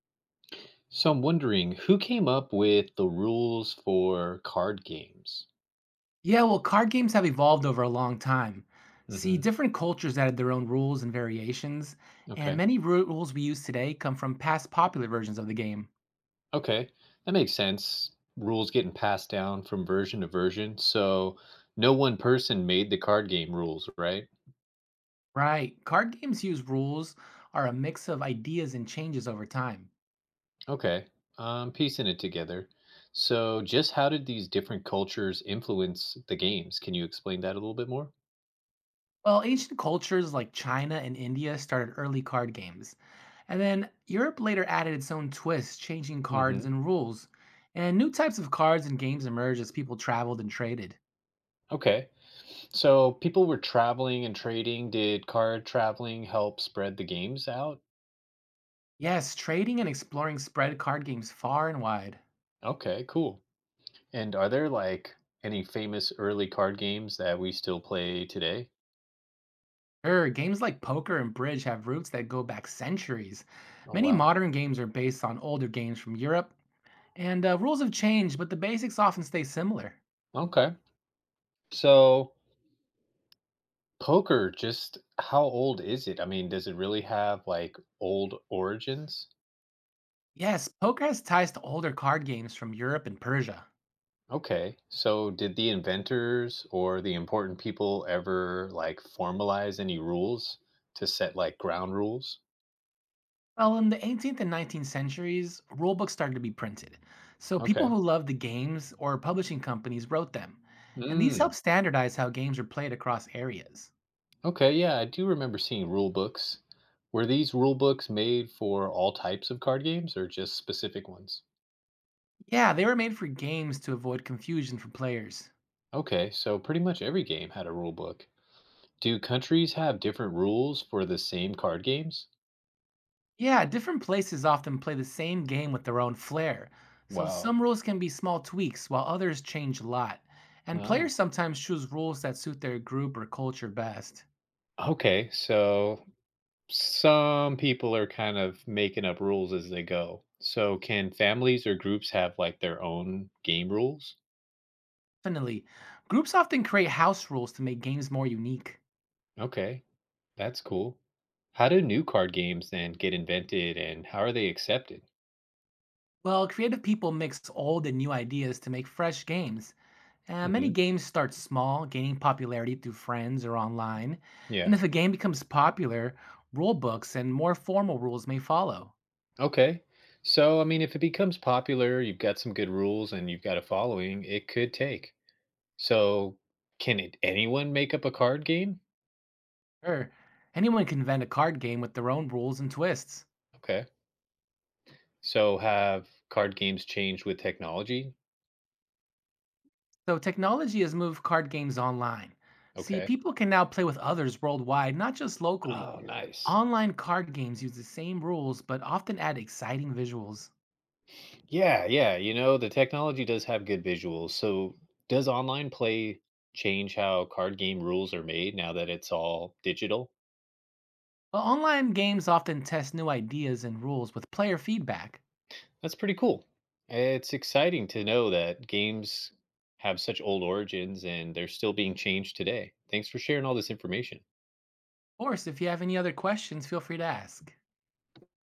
So I'm wondering who came up with the rules for card games? Yeah, well, card games have evolved over a long time. See, Hmm. different cultures added their own rules and variations, and Okay. many rules we use today come from past popular versions of the game. Okay. That makes sense. Rules getting passed down from version to version. So no one person made the card game rules, right? Right. Card games use rules are a mix of ideas and changes over time. Okay. I'm piecing it together. So just how did these different cultures influence the games? Can you explain that a little bit more? Well, ancient cultures like China and India started early card games. And then Europe later added its own twists, changing Hmm. cards and rules. And new types of cards and games emerged as people traveled and traded. Okay. So people were traveling and trading. Did card traveling help spread the games out? Yes, trading and exploring spread card games far and wide. Okay, cool. And are there, like, any famous early card games that we still play today? Games like poker and bridge have roots that go back centuries. Oh, Many wow. modern games are based on older games from Europe, and rules have changed, but the basics often stay similar. Okay. So, poker, just how old is it? I mean, does it really have, like, old origins? Yes, poker has ties to older card games from Europe and Persia. Okay. So, did the inventors or the important people ever, like, formalize any rules to set, like, ground rules? Well, in the 18th and 19th centuries, rulebooks started to be printed. So people Okay. who loved the games or publishing companies wrote them, and these Mm. helped standardize how games are played across areas. Okay, yeah, I do remember seeing rule books. Were these rule books made for all types of card games or just specific ones? Yeah, they were made for games to avoid confusion for players. Okay, so pretty much every game had a rule book. Do countries have different rules for the same card games? Yeah, different places often play the same game with their own flair, so Wow. some rules can be small tweaks while others change a lot. And players Oh. sometimes choose rules that suit their group or culture best. Okay, so some people are kind of making up rules as they go. So can families or groups have like their own game rules? Definitely, groups often create house rules to make games more unique. Okay, that's cool. How do new card games then get invented and how are they accepted? Well, creative people mix old and new ideas to make fresh games. Many Hmm. games start small, gaining popularity through friends or online. Yeah. And if a game becomes popular, rule books and more formal rules may follow. Okay. So, I mean, if it becomes popular, you've got some good rules and you've got a following, it could take. So, can it anyone make up a card game? Sure, anyone can invent a card game with their own rules and twists. Okay. So, have card games changed with technology? So technology has moved card games online. See, Okay. people can now play with others worldwide, not just locally. Oh, nice. Online card games use the same rules but often add exciting visuals. Yeah, yeah. The technology does have good visuals. So, does online play change how card game rules are made now that it's all digital? While online games often test new ideas and rules with player feedback. That's pretty cool. It's exciting to know that games have such old origins and they're still being changed today. Thanks for sharing all this information. Of course, if you have any other questions, feel free to ask.